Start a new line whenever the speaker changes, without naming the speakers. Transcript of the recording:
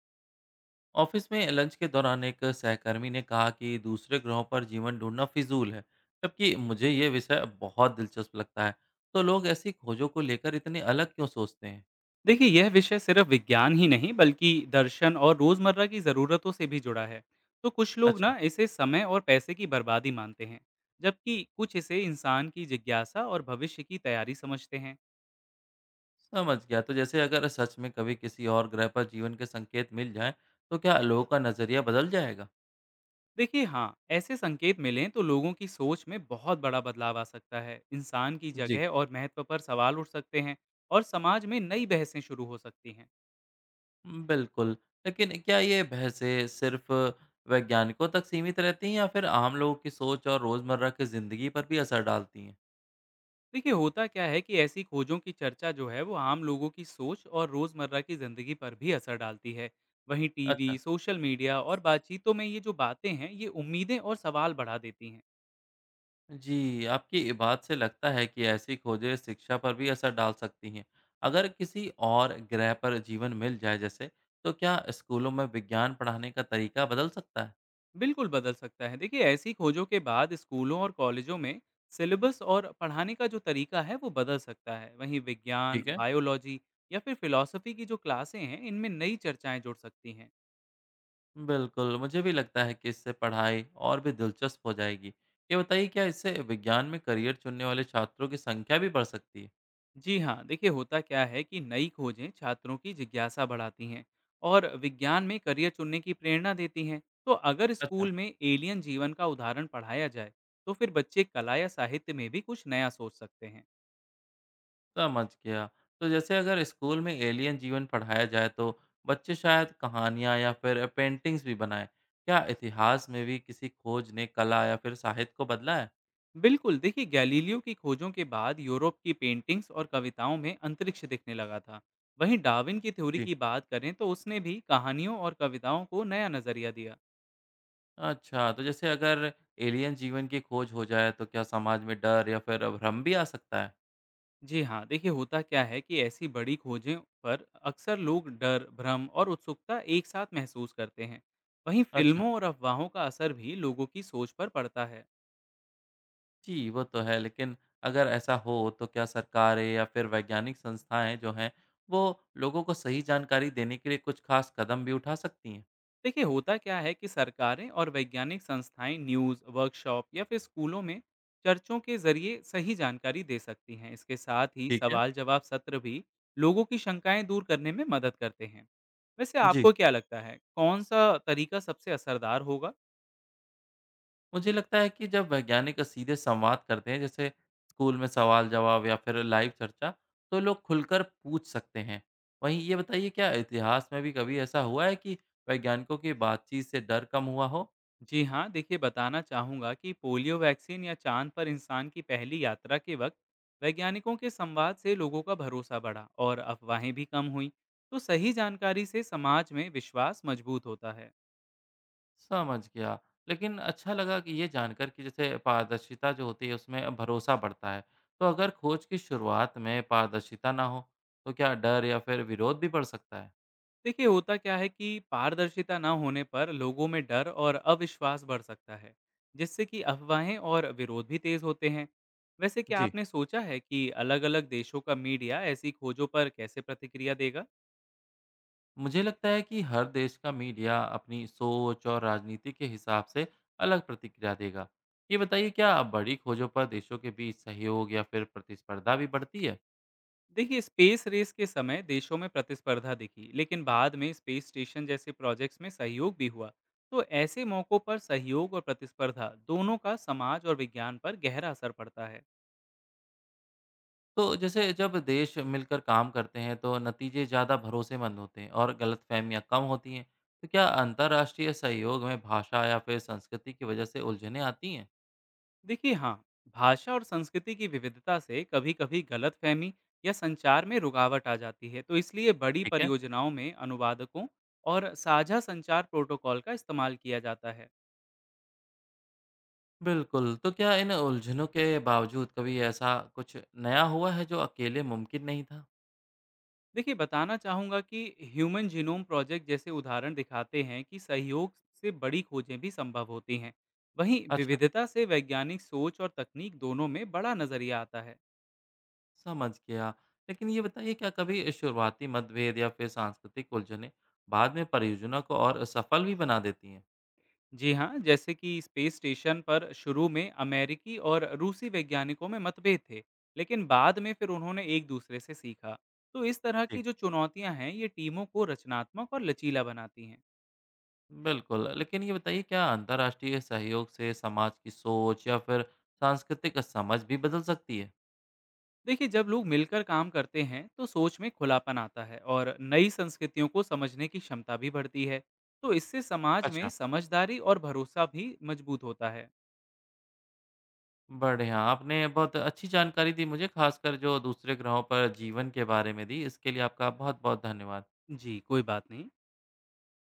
Office में lunch के दौरान एक सहकर्मी ने कहा कि दूसरे ग्रहों पर जीवन ढूंढना फिजूल है। जबकि मुझे ये विषय बहुत दिलचस्प लगता है। तो लोग ऐसी खोजों को लेकर इतने अलग क्यों सोचते हैं?
देखिए, यह विषय सिर्फ विज्ञान ही नहीं बल्कि दर्शन और रोजमर्रा की ज़रूरतों से भी जुड़ा है। तो कुछ लोग
अच्छा,
ना इसे समय और पैसे की बर्बादी मानते हैं, जबकि कुछ इसे इंसान की जिज्ञासा और भविष्य की तैयारी समझते हैं।
समझ गया। तो जैसे अगर सच में कभी किसी और ग्रह पर जीवन के संकेत मिल जाएं, तो क्या लोगों का नज़रिया बदल जाएगा?
देखिए हाँ, ऐसे संकेत मिलें तो लोगों की सोच में बहुत बड़ा बदलाव आ सकता है। इंसान की
जी,
जगह और महत्व पर सवाल उठ सकते हैं और समाज में नई बहसें शुरू हो सकती हैं।
बिल्कुल। लेकिन क्या ये बहसें सिर्फ वैज्ञानिकों तक सीमित रहती हैं या फिर आम लोगों की सोच और रोज़मर्रा की ज़िंदगी पर भी असर डालती हैं?
देखिए, होता क्या है कि ऐसी खोजों की चर्चा जो है वो आम लोगों की सोच और रोजमर्रा की जिंदगी पर भी असर डालती है। वहीं टीवी,
अच्छा।
सोशल मीडिया और बातचीतों में ये जो बातें हैं ये उम्मीदें और सवाल बढ़ा देती हैं।
जी, आपकी बात से लगता है कि ऐसी खोजें शिक्षा पर भी असर डाल सकती हैं। अगर किसी और ग्रह पर जीवन मिल जाए जैसे, तो क्या स्कूलों में विज्ञान पढ़ाने का तरीका बदल सकता है?
बिल्कुल बदल सकता है। देखिए, ऐसी खोजों के बाद स्कूलों और कॉलेजों में सिलेबस और पढ़ाने का जो तरीका है वो बदल सकता है। वहीं विज्ञान,
ठीक है।
बायोलॉजी या फिर फिलॉसफी की जो क्लासें हैं इनमें नई चर्चाएं जुड़ सकती हैं।
बिल्कुल, मुझे भी लगता है कि इससे पढ़ाई और भी दिलचस्प हो जाएगी। ये बताइए, क्या इससे विज्ञान में करियर चुनने वाले छात्रों की संख्या भी बढ़ सकती है?
जी हाँ, देखिए, होता क्या है कि नई खोजें छात्रों की जिज्ञासा बढ़ाती हैं और विज्ञान में करियर चुनने की प्रेरणा देती हैं। तो अगर
अच्छा,
स्कूल में एलियन जीवन का उदाहरण पढ़ाया जाए तो फिर बच्चे कला या साहित्य में भी कुछ नया सोच सकते हैं।
समझ गया। तो जैसे अगर स्कूल में एलियन जीवन पढ़ाया जाए तो बच्चे शायद कहानियाँ या फिर पेंटिंग्स भी बनाएँ। क्या इतिहास में भी किसी खोज ने कला या फिर साहित्य को बदला है?
बिल्कुल, देखिए, गैलीलियो की खोजों के बाद यूरोप की पेंटिंग्स और कविताओं में अंतरिक्ष दिखने लगा था। वहीं डार्विन की थ्योरी
जी।
की बात करें तो उसने भी कहानियों और कविताओं को नया नजरिया दिया।
अच्छा, तो जैसे अगर एलियन जीवन की खोज हो जाए तो क्या समाज में डर या फिर भ्रम भी आ सकता है?
जी हाँ, देखिए, होता क्या है कि ऐसी बड़ी खोजें पर अक्सर लोग डर, भ्रम और उत्सुकता एक साथ महसूस करते हैं। वहीं
अच्छा,
फिल्मों और अफवाहों का असर भी लोगों की सोच पर पड़ता है।
जी वो तो है। लेकिन अगर ऐसा हो तो क्या सरकारें या फिर वैज्ञानिक संस्थाएँ जो हैं वो लोगों को सही जानकारी देने के लिए कुछ खास कदम भी उठा सकती हैं?
देखिए, होता क्या है कि सरकारें और वैज्ञानिक संस्थाएं न्यूज़, वर्कशॉप या फिर स्कूलों में चर्चों के जरिए सही जानकारी दे सकती हैं। इसके साथ ही
ठीक है।
सवाल जवाब सत्र भी लोगों की शंकाएं दूर करने में मदद करते हैं। वैसे
जी।
आपको क्या लगता है, कौन सा तरीका सबसे असरदार होगा?
मुझे लगता है कि जब वैज्ञानिक सीधे संवाद करते हैं, जैसे स्कूल में सवाल जवाब या फिर लाइव चर्चा, तो लोग खुलकर पूछ सकते हैं। वहीं ये बताइए, क्या इतिहास में भी कभी ऐसा हुआ है कि वैज्ञानिकों की बातचीत से डर कम हुआ हो?
जी हाँ, देखिए, बताना चाहूँगा कि पोलियो वैक्सीन या चांद पर इंसान की पहली यात्रा के वक्त वैज्ञानिकों के संवाद से लोगों का भरोसा बढ़ा और अफवाहें भी कम हुई। तो सही जानकारी से समाज में विश्वास मजबूत होता है।
समझ गया। लेकिन अच्छा लगा कि ये जानकर कि जैसे पारदर्शिता जो होती है उसमें भरोसा बढ़ता है। तो अगर खोज की शुरुआत में पारदर्शिता ना हो, तो क्या डर या फिर विरोध भी बढ़ सकता है?
देखिए, होता क्या है कि पारदर्शिता न होने पर लोगों में डर और अविश्वास बढ़ सकता है, जिससे कि अफवाहें और विरोध भी तेज होते हैं। वैसे क्या
जी,
आपने सोचा है कि अलग-अलग देशों का मीडिया ऐसी खोजों पर कैसे प्रतिक्रिया देगा?
मुझे लगता है कि हर देश का मीडिया अपनी सोच और राजनीति के हिसाब से अलग प्रतिक्रिया देगा। ये बताइए, क्या बड़ी खोजों पर देशों के बीच सहयोग या फिर प्रतिस्पर्धा भी बढ़ती है?
देखिए, स्पेस रेस के समय देशों में प्रतिस्पर्धा दिखी, लेकिन बाद में स्पेस स्टेशन जैसे प्रोजेक्ट्स में सहयोग भी हुआ। तो ऐसे मौकों पर सहयोग और प्रतिस्पर्धा दोनों का समाज और विज्ञान पर गहरा असर पड़ता है।
तो जैसे जब देश मिलकर काम करते हैं तो नतीजे ज़्यादा भरोसेमंद होते हैं और गलतफहमियां कम होती हैं। तो क्या अंतर्राष्ट्रीय सहयोग में भाषा या फिर संस्कृति की वजह से उलझनें आती हैं?
देखिए हाँ, भाषा और संस्कृति की विविधता से कभी कभी गलतफहमी या संचार में रुकावट आ जाती है। तो इसलिए बड़ी
ठीक है।
परियोजनाओं में अनुवादकों और साझा संचार प्रोटोकॉल का इस्तेमाल किया जाता है।
बिल्कुल, तो क्या इन उलझनों के बावजूद कभी ऐसा कुछ नया हुआ है जो अकेले मुमकिन नहीं था?
देखिए, बताना चाहूँगा कि ह्यूमन जीनोम प्रोजेक्ट जैसे उदाहरण दिखाते हैं कि सहयोग से बड़ी खोजें भी संभव होती हैं। वहीं
अच्छा,
विविधता से वैज्ञानिक सोच और तकनीक दोनों में बड़ा नजरिया आता है।
समझ गया। लेकिन ये बताइए, क्या कभी शुरुआती मतभेद या फिर सांस्कृतिक उलझनें बाद में परियोजना को और सफल भी बना देती हैं?
जी हाँ, जैसे कि स्पेस स्टेशन पर शुरू में अमेरिकी और रूसी वैज्ञानिकों में मतभेद थे, लेकिन बाद में फिर उन्होंने एक दूसरे से सीखा। तो इस तरह की
जी,
जो चुनौतियां हैं ये टीमों को रचनात्मक और लचीला बनाती हैं।
बिल्कुल। लेकिन ये बताइए, क्या अंतर्राष्ट्रीय सहयोग से समाज की सोच या फिर सांस्कृतिक समझ भी बदल सकती है?
देखिए, जब लोग मिलकर काम करते हैं तो सोच में खुलापन आता है और नई संस्कृतियों को समझने की क्षमता भी बढ़ती है। तो इससे समाज में
अच्छा,
समझदारी और भरोसा भी मजबूत होता है।
बढ़िया, आपने बहुत अच्छी जानकारी दी मुझे, खासकर जो दूसरे ग्रहों पर जीवन के बारे में दी। इसके लिए आपका बहुत बहुत धन्यवाद।
जी, कोई बात नहीं।